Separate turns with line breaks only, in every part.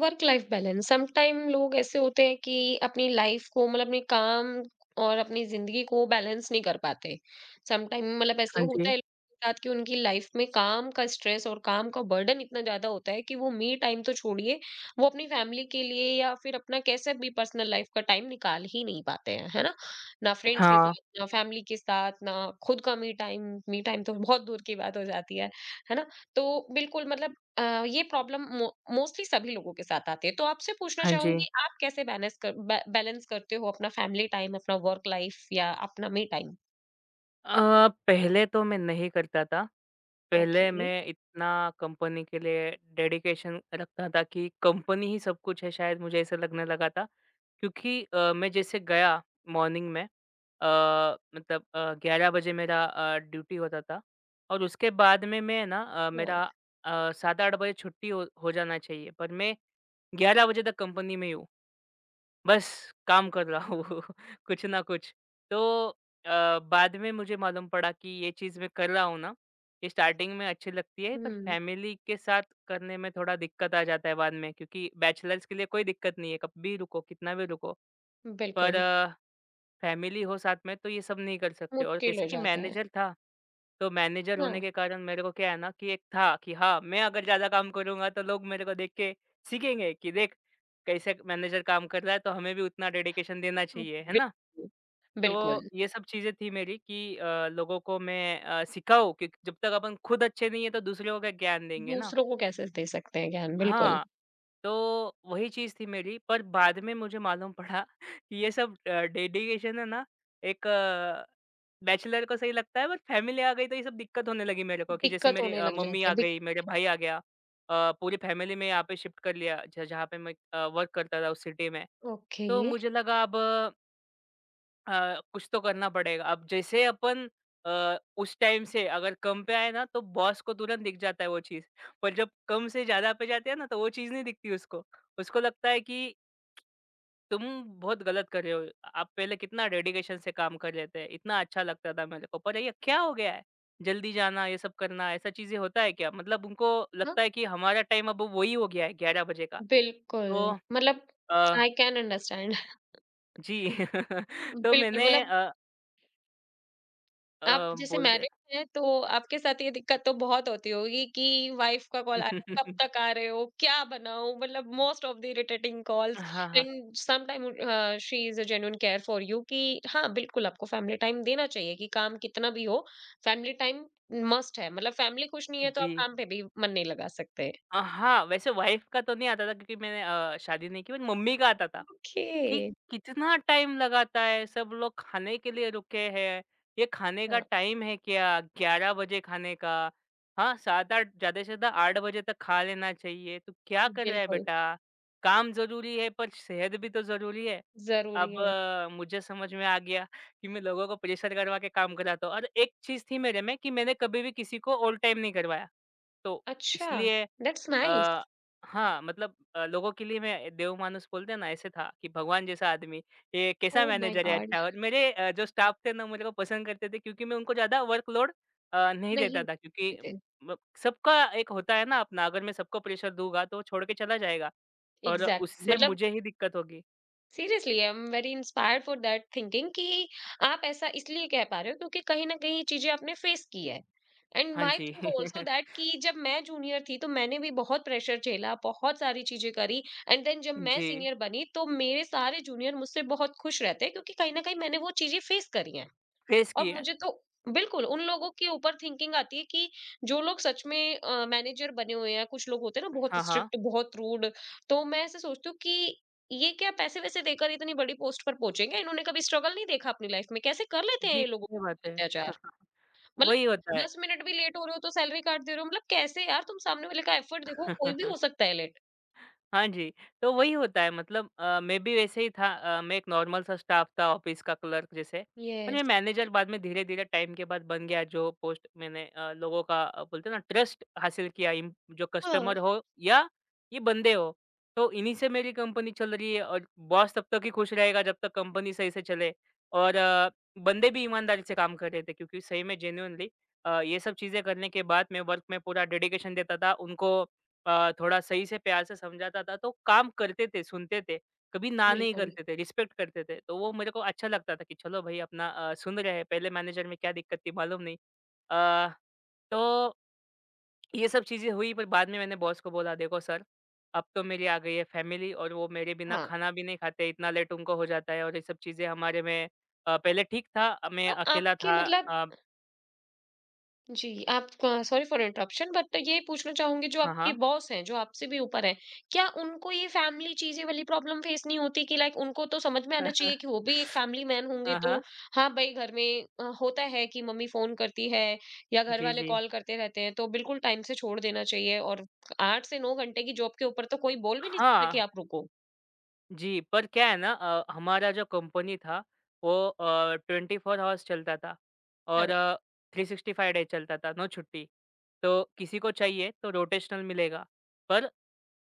Work life balance sometime लोग ऐसे होते हैं कि अपनी लाइफ को मतलब अपने काम और अपनी जिंदगी को बैलेंस नहीं कर पाते। समटाइम मतलब ऐसे
हाँ जी।
होता है लोगों के साथ कि उनकी लाइफ में काम का स्ट्रेस और काम का बर्डन इतना ज्यादा होता है कि वो मी टाइम तो छोड़िए, वो अपनी फैमिली के लिए या फिर अपना कैसे भी पर्सनल लाइफ का टाइम निकाल ही नहीं पाते हैं, है ना? ना फ्रेंड्स के
हाँ,
साथ, ना फैमिली के साथ, ना खुद का मी टाइम। मी टाइम तो बहुत दूर की बात हो जाती है ना? तो बिल्कुल, मतलब ये प्रॉब्लम मो मोस्टली सभी लोगों के साथ आती है। तो आपसे पूछना
हाँ जी।
चाहूँगी, आप कैसे बैलेंस कर बै बैलेंस करते हो अपना फैमिली टाइम, अपना वर्क लाइफ या अपना मी टाइम?
पहले तो मैं नहीं करता था। पहले
ओके,
मैं इतना कंपनी के लिए डेडिकेशन रखता था कि कंपनी ही सब कुछ है शायद मुझे ऐसा लगने लगा था। क्योंकि मैं जैसे गया मॉर्निंग में मतलब 11 बजे मेरा ड्यूटी होता था और उसके बाद में मैं ना
हाँ,
मेरा 7-8 बजे छुट्टी हो जाना चाहिए पर मैं 11 बजे तक कंपनी में ही हूँ। बस काम कर रहा हूँ कुछ ना कुछ। तो बाद में मुझे मालूम पड़ा कि ये चीज़ मैं कर रहा हूँ ना, ये स्टार्टिंग में अच्छी लगती है पर
हुँ,
फैमिली के साथ करने में थोड़ा दिक्कत आ जाता है बाद में क्योंकि बैचलर्स के लिए कोई दिक्कत नहीं है, कब भी रुको, कितना भी रुको। पर
बिल्कुल,
फैमिली हो साथ में तो ये सब नहीं कर सकते और
मुश्किल हो
कैसे कि
जाता है।
मैनेजर था, तो मैनेजर
हाँ,
होने के कारण मेरे को क्या है ना कि एक था कि हाँ, मैं अगर ज़्यादा काम करूँगा तो लोग मेरे को देख के सीखेंगे कि देख कैसे मैनेजर काम कर रहा है तो हमें भी उतना डेडिकेशन देना चाहिए, है ना?
बिल्कुल, बिल्कुल,
तो ये सब चीज़ें थी मेरी कि लोगों को मैं सिखाऊँ कि जब तक अपन खुद अच्छे नहीं है तो दूसरों को क्या ज्ञान देंगे ना?
दूसरों को कैसे दे सकते हैं ज्ञान, बिल्कुल,
हाँ, तो वही चीज़ थी मेरी पर बाद में मुझे मालूम पड़ा कि ये सब डेडिकेशन है ना एक बैचलर को सही लगता है बट फैमिली आ गई तो ये सब दिक्कत होने लगी मेरे को कि जैसे
दिक्कत
मेरी
होने लग
मम्मी
जाती
आ
है, बिक
गई, मेरा भाई आ गया। पूरी फैमिली में यहाँ पे शिफ्ट कर लिया ज जहाँ पे मैं वर्क करता था उस सिटी में।
ओके,
तो मुझे लगा अब कुछ तो करना पड़ेगा। अब जैसे अपन उस टाइम से अगर कम पे आए ना तो बॉस को तुरंत दिख जाता है वो चीज़। पर जब कम से ज़्यादा पे जाते हैं ना तो वो चीज़ नहीं दिखती उसको। उसको लगता है कि तुम बहुत गलत कर रहे हो। आप पहले कितना डेडिकेशन से काम कर लेते हैं। इतना अच्छा लगता था मेरे को। पर ये क्या हो गया है? जल्दी जाना, ये सब करना, ऐसा चीज़ें होता है क्या? मतलब उनको
हाँ,
लगता है कि हमारा टाइम अब वही हो गया है 11 बजे का। तो
बिल्कुल, मतलब
अ,
आई कैन अंडरस्टैंड।
जी तो
बिल्कुल,
मैंने
मतलब
अ अ,
आप जैसे
बोल दिया।
मैरिड हैं तो आपके साथ ये दिक्कत तो बहुत होती होगी कि वाइफ का कॉल आ रहा है, कब तक आ रहे हो, क्या बनाऊँ? मतलब most of the irritating calls
हाँ, हाँ।
And some time she is a genuine care for you कि हाँ, बिल्कुल आपको फैमिली टाइम देना चाहिए कि काम कितना भी हो, फैमिली टाइम मस्ट है। मतलब फैमिली खुश नहीं है तो
जी।
आप काम पे भी मन नहीं लगा सकते।
हाँ, वैसे वाइफ़ का तो नहीं आता था क्योंकि मैंने शादी नहीं की बट मम्मी का आता था कि
ओके,
कितना टाइम लगाता है, सब लोग खाने के लिए रुके हैं, ये खाने का
हाँ,
टाइम है क्या? 11 बजे खाने का। हाँ, 7-8 ज़्यादा से ज़्यादा 8 बजे तक खा लेना चाहिए। तू क्या कर रहा है
बिल्कुल,
बेटा? काम ज़रूरी है पर सेहत भी तो ज़रूरी है।
ज़रूरी
अब
है।
मुझे समझ में आ गया कि मैं लोगों को प्रेशर करवा के काम कराता हूँ और एक चीज़ थी मेरे में कि मैंने कभी भी किसी को ओवरटाइम नहीं करवाया। तो
अच्छा,
इसलिए
दैट्स
अ,
नाइस।
हाँ, मतलब लोगों के लिए मैं देवमानस बोलते हैं ना, ऐसे था कि भगवान जैसा आदमी, ये कैसा
ओह माय
मैनेजर है
गॉड!
अच्छा और मेरे जो स्टाफ थे ना मुझे को पसंद करते थे क्योंकि मैं उनको ज़्यादा वर्कलोड नहीं देता
नहीं
था क्योंकि
देते।
म सबका एक होता है ना अपना, अगर मैं सबको प्रेशर दूँगा तो वो छोड़ के चला जाएगा और
एग्ज़ैक्टली
उससे
मतलब
मुझे ही दिक्कत होगी।
Seriously I am very inspired for that thinking कि आप ऐसा इसलिए कह पा रहे हो क्योंकि कहीं ना कहीं ये चीजें आपने फेस की है। एंड
हाँ
माई
जी।
थिंक ऑल्सो दैट कि जब मैं जूनियर थी तो मैंने भी बहुत प्रेशर झेला, बहुत सारी चीजें करी। एंड देन जब मैं
जी,
सीनियर बनी तो मेरे सारे जूनियर मुझसे बहुत खुश रहते क्योंकि कहीं ना कहीं मैंने वो चीजें फेस करी हैं।
फेस
और
किए हैं।
मुझे तो बिल्कुल उन लोगों के ऊपर थिंकिंग आती है कि जो लोग सच में मैनेजर बने हुए हैं, कुछ लोग होते हैं ना बहुत
हाँ, हाँ।
स्ट्रिक्ट, बहुत रूड। तो मैं ऐसे सोचती हूँ कि ये क्या पैसे वैसे देकर इतनी बड़ी पोस्ट पर पहुंचेंगे, इन्होंने कभी स्ट्रगल नहीं देखा अपनी लाइफ में, कैसे कर लेते हैं
जी,
ये लोग
सही बात है।
अत्याचार।
वही होता
मतलब
है।
10 मिनट भी लेट हो रहे हो तो सैलरी काट दे रहे हो, मतलब कैसे यार, तुम सामने वाले का एफर्ट देखो, कोई भी हो सकता है लेट।
हाँ जी, तो वही होता है मतलब मैं भी वैसे ही था मैं एक नॉर्मल सा स्टाफ था ऑफ़िस का क्लर्क जैसे, पर मैं
यस,
मैनेजर बाद में धीरे-धीरे टाइम के बाद बन गया जो पोस्ट मैंने लोगों का बोलते हैं ना ट्रस्ट हासिल किया इम जो
हाँ,
कस्टमर हो या ये बंदे हो, तो इन्हीं से मेरी कंपनी चल रही है और बॉस तब तक ही खुश रहेगा जब तक कंपनी सही से चले और बंदे भी ईमानदारी से काम कर रहे थे क्योंकि सही में जेन्युइनली ये सब चीज़ें करने के बाद मैं वर्क में पूरा डेडिकेशन देता था उनको थोड़ा सही से प्यार से समझाता था, तो काम करते थे, सुनते थे। कभी ना नहीं
बिल्कुल,
करते थे, रिस्पेक्ट करते थे। तो वो मेरे को अच्छा लगता था कि चलो भाई अपना सुन रहे हैं, पहले मैनेजर में क्या दिक्कत थी मालूम नहीं। अ, तो ये सब चीज़ें हुई पर बाद में मैंने बॉस को बोला देखो सर, अब तो मेरी आ गई है फैमिली और वो मेरे बिना
हाँ,
खाना भी नहीं खाते, इतना लेट उनको हो जाता है और ये सब चीज़ें हमारे में पहले ठीक था, मैं
तो
अकेला
आपके
था
मतलब
अ,
जी, आप सॉरी फॉर इंटरप्शन बट ये पूछना चाहूँगी, जो
हाँ,
आपके
हाँ।
बॉस हैं, जो आपसे भी ऊपर हैं, क्या उनको ये फैमिली चीज़ें वाली प्रॉब्लम फेस नहीं होती कि लाइक उनको तो समझ में आना चाहिए कि वो भी एक फैमिली मैन होंगे
हाँ,
तो
हाँ।
हाँ भाई, घर में होता है कि मम्मी फ़ोन करती है या घर
जी,
वाले
जी।
कॉल करते रहते हैं तो बिल्कुल टाइम से छोड़ देना चाहिए। और 8 से 9 घंटे की जॉब के ऊपर तो कोई बोल भी नहीं सकता कि
हाँ।
आप रुको।
जी, पर क्या है ना हमारा जो कंपनी था वो 24 हॉर्स चलता था
हाँ,
और 365 डे चलता था, नो छुट्टी। तो किसी को चाहिए तो रोटेशनल मिलेगा, पर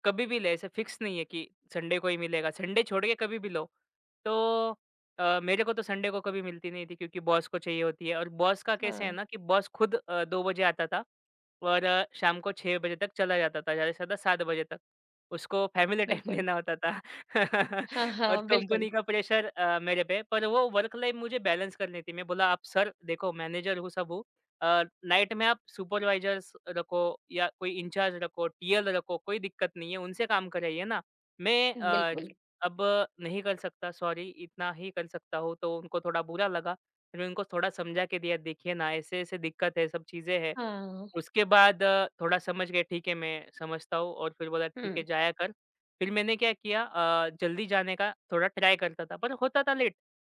कभी भी ले ऐसे फिक्स नहीं है कि संडे को ही मिलेगा, संडे छोड़ के कभी भी लो। तो मेरे को तो संडे को कभी मिलती नहीं थी क्योंकि बॉस को चाहिए होती है और बॉस का कैसे है
हाँ,
ना कि बॉस खुद 2 बजे आता था और शाम को 6 बजे तक चला जाता था, ज़्यादा से ज़्यादा 7 बजे तक। उसको फैमिली टाइम
बिल्कुल।
देना होता था।
हाँ,
और
हाँ, बिल्कुल,
कंपनी का प्रेशर मेरे पे पर वो वर्क लाइफ मुझे बैलेंस करनी थी। मैं बोला आप सर देखो मैनेजर हूँ, सब हूँ। नाइट में आप सुपरवाइज़र्स रखो या कोई इंचार्ज रखो, टीएल रखो, कोई दिक्कत नहीं है, उनसे काम कराइए ना। मैं अ, ज
बिल्कुल।
अब नहीं कर सकता सॉरी इतना ही कर सकता हूँ, तो उनको थोड़ा बुरा लगा। फिर मैं उनको थोड़ा समझा के दिया देखिए ना ऐसे-ऐसे दिक्कत है, सब चीज़ें हैं।
हाँ,
उसके बाद थोड़ा समझ गए ठीक है मैं समझता हूँ और फिर बोला ठीक है
हुँ,
जाया कर। फिर मैंने क्या किया जल्दी जाने का थोड़ा ट्राई करता था, पर होता था लेट।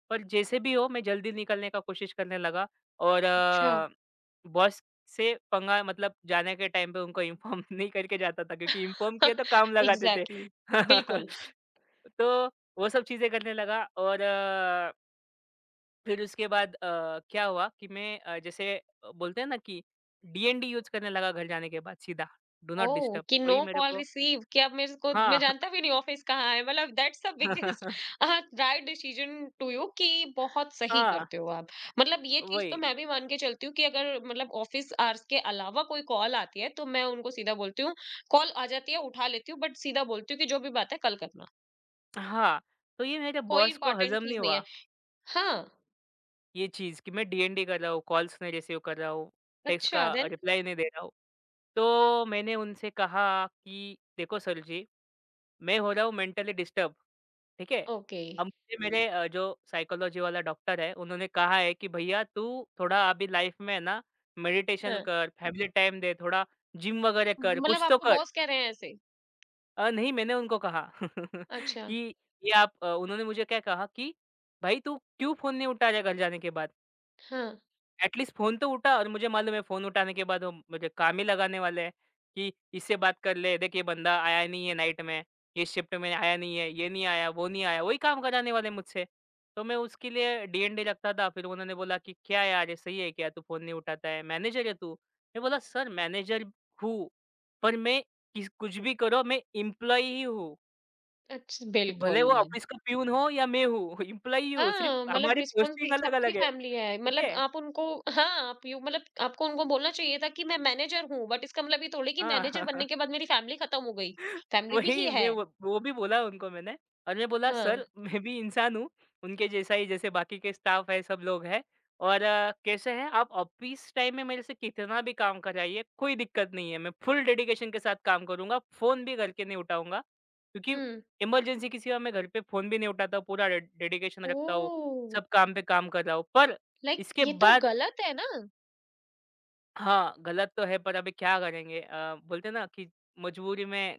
पर जैसे भी हो मैं जल्दी निकलने का कोशिश करने लगा और
अच्छा।
बॉस से पंगा मतलब जाने के टाइम पे उनको इन्फॉर्म नहीं करके जाता था क्योंकि इन्फॉर्म किया तो काम लगाते थे।
एग्जैक्टली, बिल्कुल,
तो वो सब चीज़ें करने लगा और फिर उसके बाद क्या हुआ कि मैं जैसे बोलते हैं ना कि डीएनडी यूज़ करने लगा घर जाने के बाद सीधा, डू नॉट
ओह
डिस्टर्ब
कि नो
कोई मेरे
कॉल
को
रिसीव, कि अब मेरे को मैं
हाँ।
जानता भी नहीं ऑफिस कहाँ है, मतलब that's the biggest right decision to you. कि बहुत सही
हाँ।
करते हो आप। मतलब ये चीज तो
वही,
मैं भी मान के चलती हूँ कि अगर मतलब ऑफिस आवर्स के अलावा कोई कॉल आती है तो मैं उनको सीधा बोलती हूँ, कॉल आ जाती है उठा लेती हूँ बट सीधा बोलती हूँ कि जो भी बात है कल करना,
हाँ, तो ये मेरे
कोई
बॉस को
इंपॉर्टेंट
हज़म नहीं
चीज नहीं है।
हुआ,
हाँ,
ये चीज़ कि मैं डीएनडी कर रहा हूँ, कॉल्स नहीं रिसीव कर रहा हूँ, टेक्स्ट
अच्छा
का
देन,
रिप्लाई नहीं दे रहा हूँ। तो मैंने उनसे कहा कि देखो सर जी, मैं हो रहा हूँ मेंटली डिस्टर्ब, ठीक है?
ओके,
अब मुझे मेरे जो साइकोलॉजी वाला डॉक्टर है, उन्होंने कहा है कि भैया तू थोड़ा अभी लाइफ़ में है ना मेडिटेशन
हाँ,
कर, फैमिली टाइम दे, थोड़ा जिम वगैरह कर,
मतलब
कुछ तो
आपको
कर।
बॉस कह रहे हैं ऐसे?
नहीं मैंने उनको कहा
अच्छा,
कि ये आप उन्होंने मुझे क्या कहा कि भाई तू क्यों फ़ोन नहीं उठा रहा है घर जाने के बाद?
हाँ,
एटलीस्ट फ़ोन तो उठा और मुझे मालूम है फ़ोन उठाने के बाद वो मुझे काम ही लगाने वाले हैं कि इससे बात कर ले, देख ये बंदा आया नहीं है नाइट में, ये शिफ्ट में आया नहीं है, ये नहीं आया, वो नहीं आया, वही काम कराने वाले हैं मुझसे। तो मैं उसके लिए डीएनडी रखता था, फिर उन्होंने बोला कि क्या यार ये सही है क्या तू फ़ोन नहीं उठाता है? मैनेजर है तू। मैं बोला सर मैनेजर हूँ, पर मैं किस कुछ भी करो मैं एम्प्लॉयी ही हूँ।
अच्छ
कि भले वो
बिल्कुल।
ऑफिस का पियून हो या मैं हूँ, एम्प्लॉयी हूँ, सिर्फ़
हाँ, मतलब
हमारी पोस्टिंग
रिस्पॉन्सिबिल सबकी
अलग-अलग है,
फैमिली है,
ठीक
मतलब
है?
आप उनको हाँ, आप यू, मतलब आपको उनको बोलना चाहिए था कि मैं मैनेजर हूँ, बट इसका मतलब ये थोड़ी कि
हाँ,
मैनेजर बनने के बाद मेरी फैमिली खत्म हो गई, फैमिली भी
वही
ही
मैं
है।
वो भी बोला उनको मैंने। और मैं बोला
हाँ,
सर मैं भी इंसान हूँ, उनके जैसा ही जैसे बाकी के स्टाफ है, सब लोग हैं। और कैसे हैं आप ऑफिस टाइम में मेरे से कितना भी काम कराइए, कोई दिक्कत नहीं है, मैं फुल डेडिकेशन के साथ काम करूँगा, फ़ोन भी घर के नहीं उठाऊँगा, क्योंकि
हुँ।
इमरजेंसी के सिवा मैं घर पे फ़ोन भी नहीं उठाता, हूँ, पूरा डे डेडिकेशन रखता हूँ,
ओह!
सब काम पे काम कर रहा हूँ। पर
लाइक
इसके
ये तो
बाद
गलत है ना?
हाँ, गलत तो है पर अभी क्या करेंगे, बोलते हैं ना कि मजबूरी में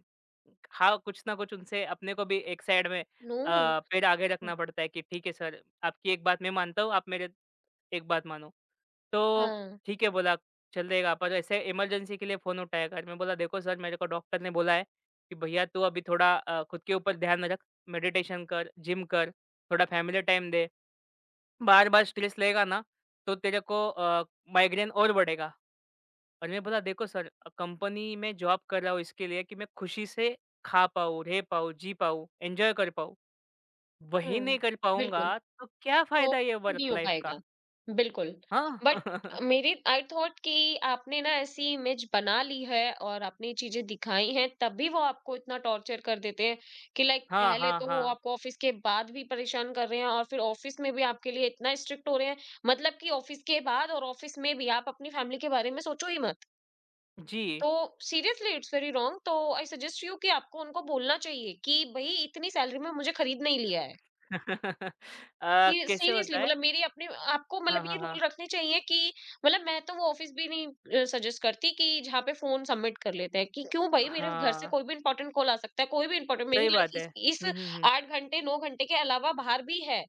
हाँ, कुछ ना कुछ उनसे अपने को भी एक साइड में
नो।
पैर आगे
उ
रखना पड़ता है कि ठीक है सर, आपकी एक बात मैं मानता हूँ, आप मेरे एक बात मानो। तो
हाँ,
ठीक है बोला, चलेगा पर ऐसे इमरजेंसी के लिए फ़ोन उठाया कर। मैं बोला देखो सर मेरे को डॉक्टर ने बोला है कि भैया तू अभी थोड़ा खुद के ऊपर ध्यान रख, मेडिटेशन कर, जिम कर, थोड़ा फैमिली टाइम दे। बार-बार स्ट्रेस लेगा ना तो तेरे को माइग्रेन और बढ़ेगा। और मैं बोला देखो सर, कंपनी में जॉब कर रहा हूँ इसके लिए कि मैं खुशी से खा पाऊँ, रह पाऊँ, जी पाऊँ, एन्जॉय कर पाऊँ। वही
हाँ,
नहीं कर
बिल्कुल।
पाऊँगा तो क्या
तो
फ़ायदा ये
भी
वर्क
नहीं हो
लाइफ़ का?
पाएगा। बिल्कुल,
हाँ।
बट मेरी आई थॉट कि आपने ना ऐसी इमेज बना ली है और आपने ये चीज़ें दिखाई हैं, तब भी वो आपको इतना टॉर्चर कर देते हैं कि लाइक
हाँ,
पहले
हाँ,
तो वो
हाँ।
आपको ऑफिस के बाद भी परेशान कर रहे हैं और फिर ऑफिस में भी आपके लिए इतना स्ट्रिक्ट हो रहे हैं, मतलब कि ऑफिस के बाद और ऑफिस में भी आप अपनी फैमिली के बारे में सोचो ही मत।
जी।
तो सीरियसली इट्स वेरी रॉन्ग, तो आई सजेस्ट यू कि आपको उनको बोलना चाहिए कि भई इतनी सैलरी में मुझे खरीद नहीं लिया है। ये
कैसे होता
सीरियसली
है?
मतलब मेरी अपने आपको,
हाँ,
मतलब
हाँ,
ये
हाँ।
रूल रखने चाहिए कि मतलब मैं तो वो ऑफिस भी नहीं सजेस्ट करती कि जहाँ पे फोन सबमिट कर लेते हैं, कि क्यों भाई, मेरे घर से
हाँ,
कोई भी इंपॉर्टेंट कॉल आ सकता है, कोई भी इंपॉर्टेंट मेरी
सही
लाइफ
बात है।
इस,
हुँ,
इस
हुँ, हुँ।
8 घंटे 9 घंटे के अलावा बाहर भी है।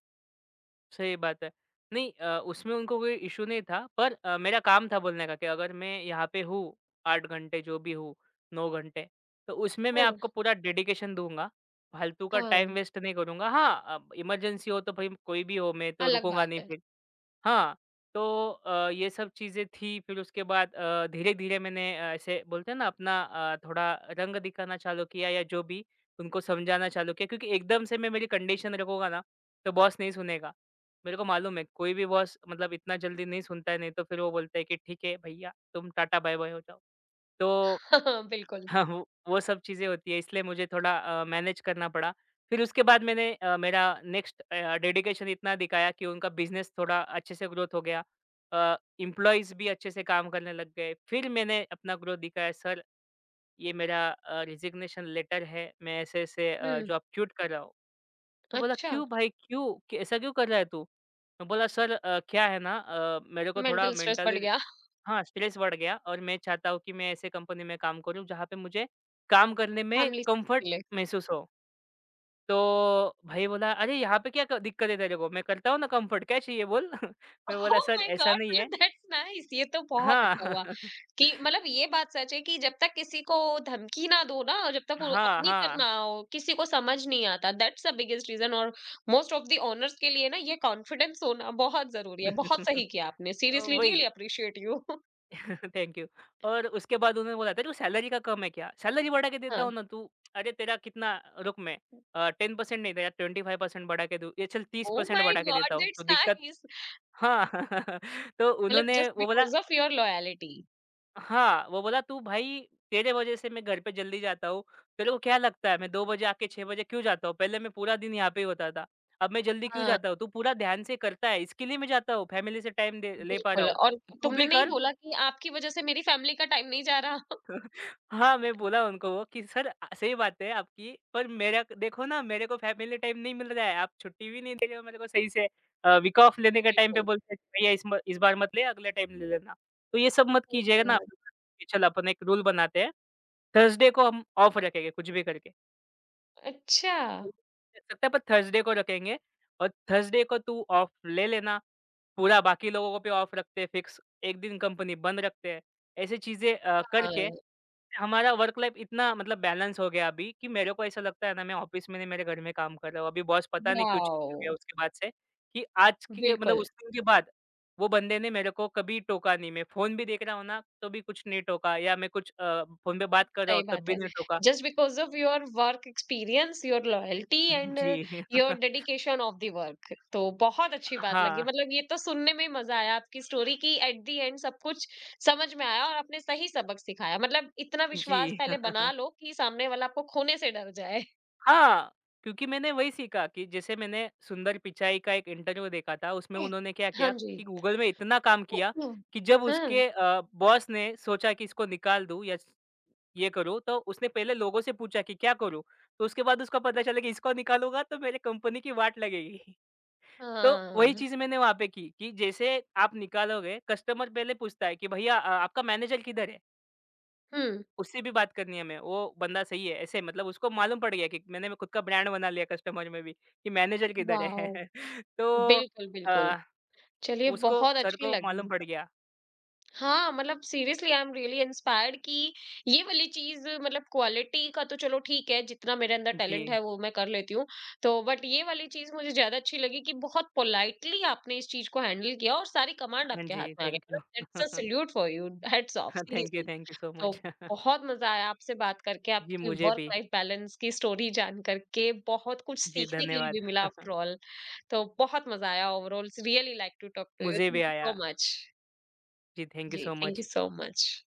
सही बात है। नहीं, उसमें उनको कोई इश्यू नहीं था पर मेरा काम था बोलने का कि अगर मैं यहाँ पे हूँ 8 घंटे जो भी हूँ, 9 घंटे, तो उसमें मैं
हाँ,
आपको पूरा डेडिकेशन दूँगा। फालतू का टाइम
हाँ,
वेस्ट नहीं करूँगा। हाँ, अब इमरजेंसी हो तो भाई कोई भी हो मैं तो
अलग
रुकूँगा
बात
नहीं
है।
फिर। हाँ, तो ये सब चीज़ें थी। फिर उसके बाद धीरे-धीरे मैंने ऐसे बोलते हैं ना अपना थोड़ा रंग दिखाना चालू किया या जो भी, उनको समझाना चालू किया क्योंकि एकदम से मैं मेरी कंडीशन रखूँगा ना, तो बॉस नहीं सुनेगा। मेरे को मालूम है कोई भी बॉस मतलब इतना जल्दी नहीं सुनता है, नहीं तो फिर वो बोलता है कि ठीक है भैया तुम टाटा बाय-बाय हो जाओ। तो
हाँ, बिल्कुल,
हाँ, वो सब चीज़ें होती हैं इसलिए मुझे थोड़ा मैनेज करना पड़ा। फिर उसके बाद मैंने मेरा नेक्स्ट डेडिकेशन इतना दिखाया कि उनका बिज़नेस थोड़ा अच्छे से ग्रोथ हो गया। एम्प्लॉइज़ भी अच्छे से काम करने लग गए। फिर मैंने अपना ग्रोथ दिखाया, सर ये मेरा रिज़िग्नेशन लेटर है, मैं ऐसे-ऐसे
हम्म,
जॉब क्विट कर रहा हूँ। तो बोला
अच्छा,
क्यों भाई क्यों? ऐसा क्यों कर रहा है तू? मैं बोला सर, क्या है ना, मेरे को थोड़ा
मेंटल स्ट्रेस बढ़
मेंटली
गया,
हाँ, स्ट्रेस बढ़ गया और मैं चाहता हूँ कि मैं ऐसे कंपनी में काम करूँ जहाँ पे मुझे काम करने में
फैमिली
कम्फ़र्ट
मिले,
महसूस हो। तो भाई बोला, "अरे! यहाँ पे क्या क दिक्कत है तेरे को? मैं करता हूँ ना कम्फ़र्ट, क्या चाहिए बोल?" मैं
ओह
बोला, "सर
माय
ऐसा
गॉड
नहीं है।"
मतलब दैट्स नाइस, ये तो बहुत अच्छा
हाँ।
हुआ कि मतलब ये बात सच है कि जब तक किसी को धमकी ना दो ना और जब तक वो
हाँ,
अपनी पर
हाँ।
ना हो किसी को समझ नहीं आता, दैट्स द बिगेस्ट रीजन। और मोस्ट ऑफ द ओनर्स के लिए ना ये कॉन्फिडेंस होना बहुत जरूरी है, बहुत सही किया आपने, सीरियसली
वही।
Really appreciate you.
Thank you. और उसके बाद उन्होंने बोला, "तेरे को सैलरी का कम है क्या? सैलरी बढ़ा के देता हूँ
हाँ,
ना। तू अरे! तेरा कितना रुक मैं, 10% नहीं देगा, 25% बढ़ा के दूँ, ये चल
ओह
30%
माय
बढ़ा के देता
गॉड,
हूँ, तो
दैट्स
दिक्कत।"
नाइस,
हाँ। तो
मतलब
उन्होंने
जस्ट
वो बोला।
Because of your loyalty.
हाँ, वो बोला, "तू भाई तेरे वज़ह से मैं घर पे जल्दी जाता हूँ। तेरे को क्या लगता है मैं 2 बजे आके 6 बजे क्यों जाता हूँ? पहले मैं पूरा दिन यहाँ पे ही होता था। अब मैं जल्दी क्यों
हाँ,
जाता हूँ? तू पूरा ध्यान से करता है इसके लिए मैं जाता हूँ, फैमिली से टाइम दे ले पा रहा
बिल्कुल,
हूँ।
और
तू
तुमने
भी
नहीं
कर।"
बोला कि आपकी वजह से मेरी फैमिली का टाइम नहीं जा रहा।
हाँ, मैं बोला उनको वो कि सर, सही बात है आपकी पर मेरा देखो ना मेरे को फैमिली टाइम नहीं मिल रहा है, आप छुट्टी भी नहीं दे रहे हो मेरे को सही से, वीक ऑफ लेने के टाइम पे
बिल्कुल,
बोलते हैं कि भैया इस बार मत ले अगले टाइम ले लेना। तो ये सब मत
ओह माय
कीजिएगा ना आप।
गॉड,
कि चलो अपन एक रूल बनाते हैं, थर्सडे को हम ऑफ रखेंगे कुछ भी करके।
अच्छा,
रख सकता है पर थर्सडे को रखेंगे और थर्सडे को तू ऑफ ले लेना, पूरा बाकी लोगों को भी ऑफ रखते हैं फिक्स, एक दिन कंपनी बंद रखते हैं। ऐसी चीज़ें
हाँ,
करके हमारा वर्क लाइफ इतना मतलब बैलेंस हो गया अभी कि मेरे को ऐसा लगता है ना मैं ऑफिस में नहीं मेरे घर में काम कर रहा हूँ। अभी बॉस पता नहीं क्यों चेंज हो गया
वाओ!
उसके बाद से कि आज के मतलब
बिल्कुल,
उस दिन के बाद वो बंदे ने मेरे को कभी टोका नहीं। मैं फ़ोन भी देख रहा हूँ ना तो भी कुछ नहीं टोका, या मैं कुछ फ़ोन पे बात कर रहा
सही
हूँ तब
बात
भी
है।
नहीं टोका।
Just because of your work experience, your loyalty and
जी।
Your dedication of the work. तो बहुत अच्छी बात लगी,
हाँ,
मतलब ये तो सुनने में ही मज़ा आया आपकी स्टोरी की, एट द एंड सब कुछ समझ में आया और आपने सही सबक सिखाया। मतलब इतना विश्वास
जी।
पहले बना लो कि सामने वाला आपको खोने से डर जाए।
हाँ, क्योंकि मैंने वही सीखा कि जैसे मैंने सुंदर पिचाई का एक इंटरव्यू देखा था, उसमें उन्होंने क्या
हाँ
किया
जी।
कि गूगल में इतना काम किया
हम्म,
कि जब
हाँ,
उसके बॉस ने सोचा कि इसको निकाल दूँ या ये करूँ, तो उसने पहले लोगों से पूछा कि क्या करूँ? तो उसके बाद उसको पता चला कि इसको निकालूँगा तो मेरे कंपनी की वाट लगेगी। तो वही
हाँ,
चीज़ मैंने वहाँ पे की कि जैसे आप निकालोगे, कस्टमर पहले पूछता है कि भैया, आपका मैनेजर किधर है?
हुँ,
उससे भी बात करनी है हमें, वो बंदा सही है, ऐसे मतलब उसको मालूम पड़ गया कि मैंने खुद का ब्रांड बना लिया कस्टमर में भी, कि मैनेजर किधर
वाओ!
है। तो
बिल्कुल, बिल्कुल।
अ,
चलिए,
उसको
बहुत
सर
अच्छी
को
लगी।
मालूम पड़ गया।
हाँ, मतलब seriously I am really inspired कि ये वाली चीज़ मतलब क्वालिटी का तो चलो ठीक है, जितना मेरे अंदर
जी,
टैलेंट है वो मैं कर लेती हूँ। तो बट ये वाली चीज़ मुझे ज़्यादा अच्छी लगी कि बहुत पोलाइटली आपने इस चीज़ को हैंडल किया और सारी कमांड
हाँ
आपके हाथ
जी,
में आ गई।
Thank you.
मतलब that's a salute for you, hats off seriously.
Thank you so
तो
मच।
बहुत मज़ा आया आपसे बात करके,
जी,
आपकी
मुझे
वर्क
भी।
लाइफ बैलेंस की स्टोरी जान करके बहुत कुछ
जी,
सीखने के लिए
धन्यवाद।
भी मिला आफ्टर ऑल। तो बहुत मज़ा आया overall, really like to talk to you.
मुझे भी
थैंक यू
आया।
So much.
जी, thank you
Gee,
so
thank you
much.
so much.